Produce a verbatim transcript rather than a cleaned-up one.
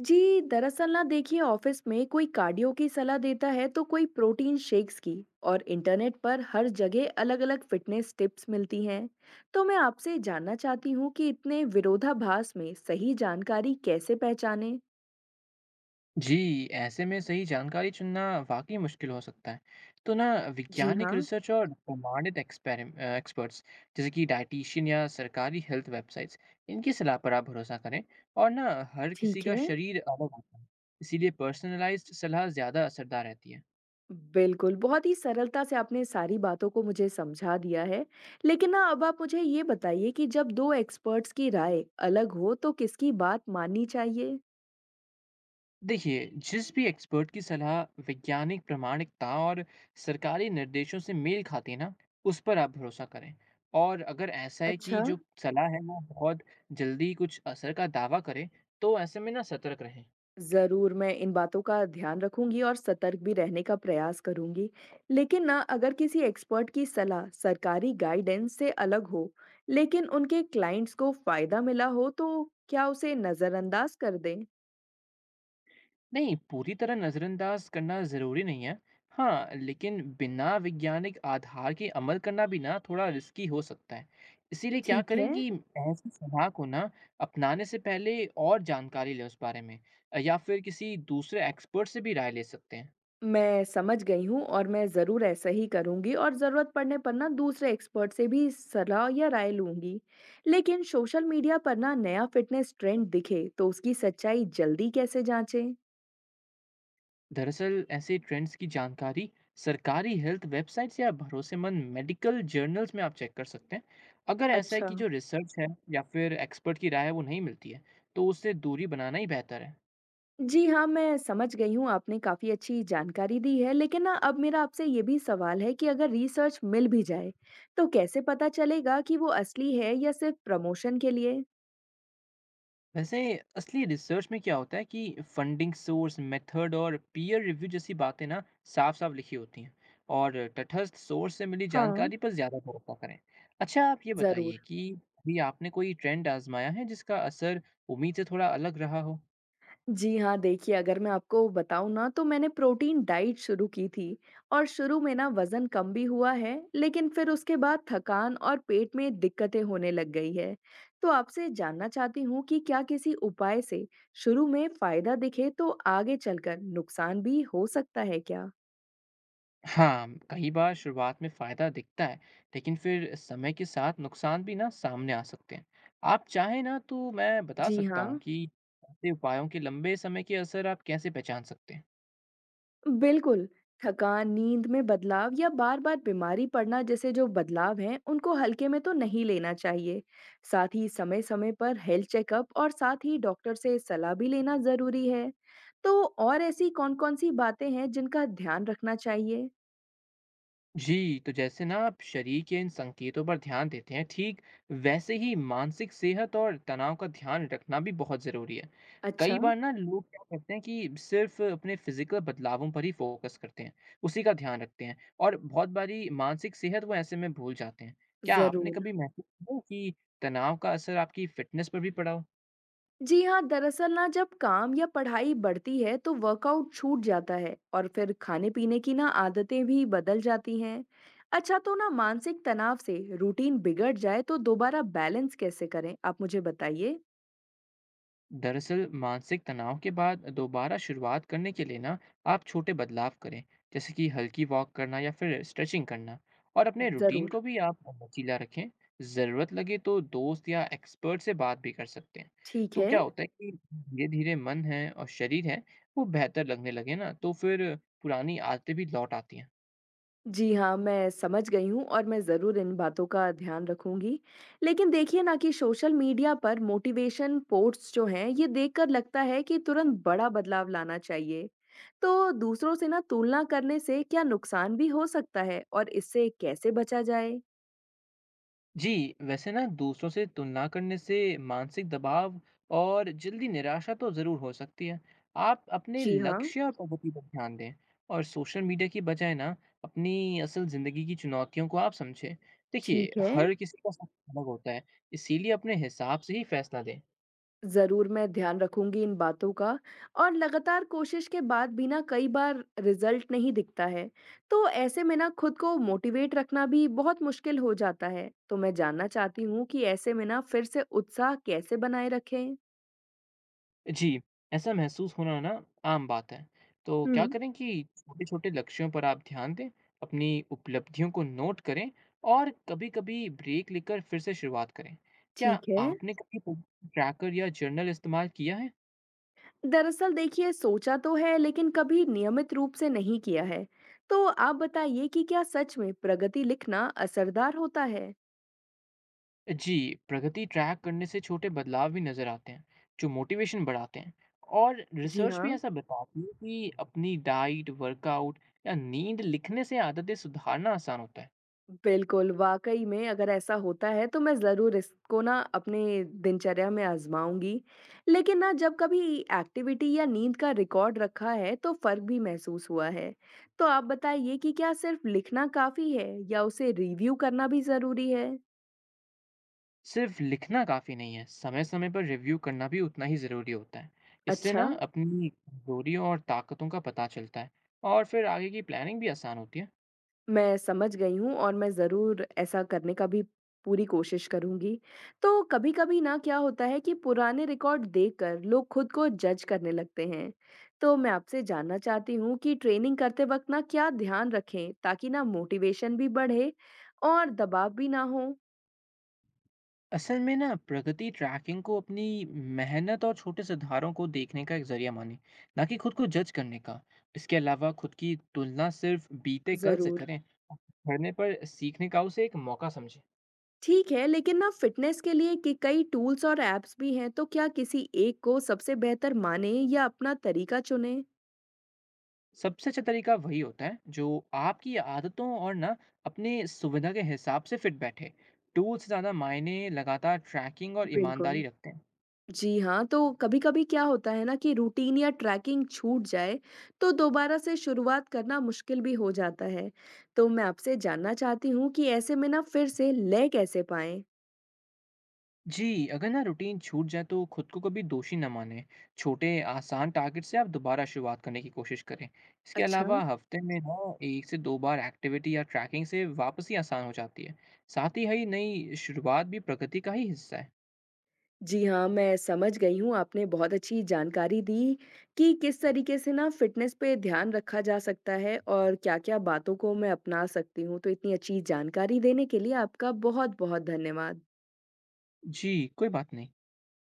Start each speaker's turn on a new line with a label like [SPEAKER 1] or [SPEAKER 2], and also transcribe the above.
[SPEAKER 1] जी, दरअसल ना देखिए ऑफिस में कोई कार्डियो की सलाह देता है तो कोई प्रोटीन शेक्स की और इंटरनेट पर हर जगह अलग-अलग फिटनेस टिप्स मिलती हैं। तो मैं आपसे जानना चाहती हूँ कि इतने विरोधाभास में सही जानकारी कैसे पहचानें?
[SPEAKER 2] जी, ऐसे में सही जानकारी चुनना वाक़ई मुश्किल हो सकता है। तो ना,
[SPEAKER 1] जी
[SPEAKER 2] वैज्ञानिक
[SPEAKER 1] हाँ।
[SPEAKER 2] रिसर्च और प्रमाणित एक्सपेरिम अ, एक्सपर्ट्स जैसे कि डायटीशियन या सरकारी हेल्थ वेबसाइट्स, इनकी सलाह पर आप भरोसा करें। और ना, हर किसी
[SPEAKER 1] ठीक
[SPEAKER 2] का
[SPEAKER 1] है।
[SPEAKER 2] शरीर अलग होता है, इसीलिए पर्सनलाइज़्ड सलाह ज़्यादा असरदार रहती है।
[SPEAKER 1] बिल्कुल, बहुत ही सरलता से आपने सारी बातों को मुझे समझा दिया है। लेकिन ना अब आप मुझे ये बताइए कि जब दो एक्सपर्ट्स की राय अलग हो तो किसकी बात माननी चाहिए?
[SPEAKER 2] देखिए, जिस भी एक्सपर्ट की सलाह वैज्ञानिक प्रामाणिकता और सरकारी निर्देशों से मेल खाती है ना, उस पर आप भरोसा करें। और अगर ऐसा है कि
[SPEAKER 1] अच्छा।
[SPEAKER 2] जो सलाह है वो बहुत जल्दी कुछ असर का दावा करे, तो ऐसे में ना सतर्क रहें।
[SPEAKER 1] ज़रूर, मैं इन बातों का ध्यान रखूँगी और सतर्क भी रहने का प्रयास करूँगी। लेकिन ना अगर किसी एक्सपर्ट की सलाह सरकारी गाइडेंस से अलग हो, लेकिन उनके क्लाइंट्स को फ़ायदा मिला हो, तो क्या उसे नज़रअंदाज कर दें?
[SPEAKER 2] नहीं, पूरी तरह नज़रअंदाज करना ज़रूरी नहीं है। हाँ, लेकिन बिना वैज्ञानिक आधार के अमल करना भी ना थोड़ा रिस्की हो सकता है। इसीलिए क्या
[SPEAKER 1] ठीक
[SPEAKER 2] करें
[SPEAKER 1] है,
[SPEAKER 2] कि ऐसी सलाह को ना अपनाने से पहले और जानकारी लें उस बारे में, या फिर किसी दूसरे एक्सपर्ट से भी राय ले सकते हैं।
[SPEAKER 1] मैं समझ गई हूँ और मैं ज़रूर ऐसा ही करूँगी और ज़रूरत पड़ने पर ना दूसरे एक्सपर्ट से भी सलाह या राय लूँगी। लेकिन सोशल मीडिया पर ना नया फ़िटनेस ट्रेंड दिखे, तो उसकी सच्चाई जल्दी कैसे जाँचें?
[SPEAKER 2] दरअसल, ऐसे ट्रेंड्स की जानकारी सरकारी हेल्थ वेबसाइट्स या भरोसेमंद मेडिकल जर्नल्स में आप चेक कर सकते हैं। अगर ऐसा है
[SPEAKER 1] अच्छा।
[SPEAKER 2] कि जो रिसर्च है या फिर एक्सपर्ट की राय है वो नहीं मिलती है, तो उससे दूरी बनाना ही बेहतर है।
[SPEAKER 1] जी हाँ, मैं समझ गई हूँ, आपने काफ़ी अच्छी जानकारी दी है, लेकिन ना अब मेरा आपसे ये भी सवाल है कि अगर रिसर्च मिल भी जाए, तो कैसे पता चलेगा कि वो असली है या सिर्फ प्रमोशन के लिए?
[SPEAKER 2] वैसे, असली रिसर्च में क्या होता है कि फंडिंग सोर्स, मेथड और पीयर रिव्यू जैसी बातें ना साफ साफ लिखी होती हैं, और तटस्थ सोर्स से मिली
[SPEAKER 1] हाँ।
[SPEAKER 2] जानकारी पर ज़्यादा भरोसा करें। अच्छा, आप ये बताइए
[SPEAKER 1] ज़रूर।
[SPEAKER 2] कि अभी आपने कोई ट्रेंड आजमाया है जिसका असर उम्मीद से थोड़ा अलग रहा हो?
[SPEAKER 1] जी हाँ, देखिए अगर मैं आपको बताऊँ ना तो मैंने प्रोटीन डाइट शुरू की थी और शुरू में ना वज़न कम भी हुआ है, लेकिन फिर उसके बाद थकान और पेट में दिक्कतें होने लग गई है। तो आपसे जानना चाहती हूँ कि क्या किसी उपाय से शुरू में फ़ायदा दिखे तो आगे चलकर नुकसान भी हो सकता है क्या?
[SPEAKER 2] हाँ, कई बार शुरुआत में फ़ायदा दिखता है, लेकिन फिर समय के साथ नुकसान भी ना सामने आ सकते हैं। आप चाहें ना तो मैं बता
[SPEAKER 1] जी
[SPEAKER 2] सकता हूँ
[SPEAKER 1] हाँ।
[SPEAKER 2] कि ऐसे उपायों के लंबे समय के असर आप कैसे पहचान सकते हैं।
[SPEAKER 1] बिल्कुल, थकान, नींद में बदलाव या बार बार बीमारी पड़ना जैसे जो बदलाव हैं उनको हल्के में तो नहीं लेना चाहिए। साथ ही समय समय पर हेल्थ चेकअप और साथ ही डॉक्टर से सलाह भी लेना जरूरी है। तो और ऐसी कौन कौन सी बातें हैं जिनका ध्यान रखना चाहिए?
[SPEAKER 2] जी, तो जैसे ना आप शरीर के इन संकेतों पर ध्यान देते हैं, ठीक वैसे ही मानसिक सेहत और तनाव का ध्यान रखना भी बहुत ज़रूरी है। कई
[SPEAKER 1] अच्छा।
[SPEAKER 2] बार ना लोग क्या करते हैं कि सिर्फ़ अपने फ़िज़िकल बदलावों पर ही फ़ोकस करते हैं, उसी का ध्यान रखते हैं, और बहुत बारी मानसिक सेहत वो ऐसे में भूल जाते हैं। क्या आपने
[SPEAKER 1] जरूर।
[SPEAKER 2] कभी महसूस किया कि तनाव का असर आपकी फ़िटनेस पर भी पड़ा हो?
[SPEAKER 1] जी हाँ, दरअसल ना जब काम या पढ़ाई बढ़ती है तो वर्कआउट छूट जाता है और फिर खाने पीने की ना आदतें भी बदल जाती हैं। अच्छा, तो ना मानसिक तनाव से रूटीन बिगड़ जाए तो दोबारा बैलेंस कैसे करें, आप मुझे बताइए।
[SPEAKER 2] दरअसल, मानसिक तनाव के बाद दोबारा शुरुआत करने के लिए ना आप छोटे बदलाव करें, जैसे कि हल्की वॉक करना या फिर स्ट्रेचिंग करना, और अपने रूटीन
[SPEAKER 1] जरूर।
[SPEAKER 2] को भी आप लचीला रखें। ज़रूरत लगे तो दोस्त या एक्सपर्ट से बात भी कर सकते हैं।
[SPEAKER 1] ठीक
[SPEAKER 2] तो
[SPEAKER 1] है।
[SPEAKER 2] क्या होता है कि धीरे धीरे मन है और शरीर है वो बेहतर लगने लगे ना, तो फिर पुरानी आदतें भी लौट आती हैं।
[SPEAKER 1] जी हाँ, मैं समझ गई हूँ और मैं ज़रूर इन बातों का ध्यान रखूँगी। लेकिन देखिए ना कि सोशल मीडिया पर मोटिवेशन पोस्ट्स जो हैं, ये देखकर लगता है कि तुरंत बड़ा बदलाव लाना चाहिए। तो दूसरों से ना तुलना करने से क्या नुकसान भी हो सकता है और इससे कैसे बचा जाए?
[SPEAKER 2] जी, वैसे ना दूसरों से तुलना करने से मानसिक दबाव और जल्दी निराशा तो ज़रूर हो सकती है। आप अपने
[SPEAKER 1] जी हाँ।
[SPEAKER 2] लक्ष्य और प्रगति पर ध्यान दें, और सोशल मीडिया की बजाय ना अपनी असल ज़िंदगी की चुनौतियों को आप समझें। देखिए,
[SPEAKER 1] ठीक है।
[SPEAKER 2] हर किसी का सफ़र अलग होता है, इसीलिए अपने हिसाब से ही फैसला दें।
[SPEAKER 1] ज़रूर, मैं ध्यान रखूँगी इन बातों का। और लगातार कोशिश के बाद भी ना कई बार रिज़ल्ट नहीं दिखता है, तो ऐसे में ना खुद को मोटिवेट रखना भी बहुत मुश्किल हो जाता है। तो मैं जानना चाहती हूँ कि ऐसे में ना फिर से उत्साह कैसे बनाए रखें?
[SPEAKER 2] जी, ऐसा महसूस होना ना आम बात है। तो
[SPEAKER 1] हुँ।
[SPEAKER 2] क्या करें कि छोटे-छोटे लक्ष्यों पर आप ध्यान दें, अपनी उपलब्धियों को नोट करें, और कभी-कभी ब्रेक लेकर फिर से शुरुआत करें। क्या
[SPEAKER 1] ठीक है।
[SPEAKER 2] आपने कभी ट्रैकर या जर्नल इस्तेमाल किया है?
[SPEAKER 1] दरअसल देखिए, सोचा तो है लेकिन कभी नियमित रूप से नहीं किया है। तो आप बताइए कि क्या सच में प्रगति लिखना असरदार होता है?
[SPEAKER 2] जी, प्रगति ट्रैक करने से छोटे बदलाव भी नज़र आते हैं, जो मोटिवेशन बढ़ाते हैं। और
[SPEAKER 1] जी
[SPEAKER 2] रिसर्च भी
[SPEAKER 1] हाँ।
[SPEAKER 2] ऐसा बताती है कि अपनी डाइट, वर्कआउट या नींद लिखने से आदतें सुधारना आसान होता है।
[SPEAKER 1] बिल्कुल, वाक़ई में अगर ऐसा होता है तो मैं ज़रूर इसको ना अपने दिनचर्या में आज़माऊँगी। लेकिन ना जब कभी एक्टिविटी या नींद का रिकॉर्ड रखा है तो फ़र्क भी महसूस हुआ है। तो आप बताइए कि क्या सिर्फ़ लिखना काफ़ी है या उसे रिव्यू करना भी ज़रूरी है?
[SPEAKER 2] सिर्फ लिखना काफ़ी नहीं है, समय-समय पर रिव्यू करना भी उतना ही ज़रूरी होता है। इससे ना
[SPEAKER 1] अच्छा।
[SPEAKER 2] अपनी कमज़ोरियों और ताकतों का पता चलता है, और फिर आगे की प्लानिंग भी आसान होती है।
[SPEAKER 1] मैं समझ गई हूँ और मैं ज़रूर ऐसा करने का भी पूरी कोशिश करूँगी। तो कभी-कभी ना क्या होता है कि पुराने रिकॉर्ड देखकर लोग खुद को जज करने लगते हैं। तो मैं आपसे जानना चाहती हूँ कि ट्रेनिंग करते वक़्त ना क्या ध्यान रखें ताकि ना मोटिवेशन भी बढ़े और दबाव भी ना हो?
[SPEAKER 2] असल में ना प्रगति ट्रैकिंग को अपनी मेहनत और छोटे सुधारों को देखने का एक ज़रिया मानें, ना कि खुद को जज करने का। इसके अलावा, खुद की तुलना सिर्फ बीते कल से
[SPEAKER 1] ज़रूर।
[SPEAKER 2] करें, करने पर सीखने का उसे एक मौका समझें।
[SPEAKER 1] ठीक है, लेकिन ना फ़िटनेस के लिए कि कई टूल्स और ऐप्स भी हैं, तो क्या किसी एक को सबसे बेहतर मानें या अपना तरीका चुनें?
[SPEAKER 2] सबसे अच्छा तरीका वही होता है जो आपकी आदतों और ना अपने सुविधा के हिसाब से फिट बैठे। टूल से ज़्यादा मायने लगातार ट्रैकिंग और ईमानदारी
[SPEAKER 1] बिल्कुल।
[SPEAKER 2] रखते हैं।
[SPEAKER 1] जी हाँ, तो कभी-कभी क्या होता है ना कि रूटीन या ट्रैकिंग छूट जाए, तो दोबारा से शुरुआत करना मुश्किल भी हो जाता है। तो मैं आपसे जानना चाहती हूँ कि ऐसे में ना फिर से लय कैसे पाएँ?
[SPEAKER 2] जी, अगर ना रूटीन छूट जाए तो खुद को कभी दोषी न माने। छोटे आसान टारगेट से आप दोबारा शुरुआत करने की कोशिश करें। इसके
[SPEAKER 1] अच्छा।
[SPEAKER 2] अलावा, हफ्ते में ना एक से दो बार एक्टिविटी या ट्रैकिंग से वापसी आसान हो जाती है। साथ ही, हई नई शुरुआत भी प्रगति का ही हिस्सा है।
[SPEAKER 1] जी हाँ, मैं समझ गई हूँ, आपने बहुत अच्छी जानकारी दी कि किस तरीके से ना फ़िटनेस पे ध्यान रखा जा सकता है और क्या-क्या बातों को मैं अपना सकती हूँ। तो इतनी अच्छी जानकारी देने के लिए आपका बहुत-बहुत धन्यवाद।
[SPEAKER 2] जी, कोई बात नहीं।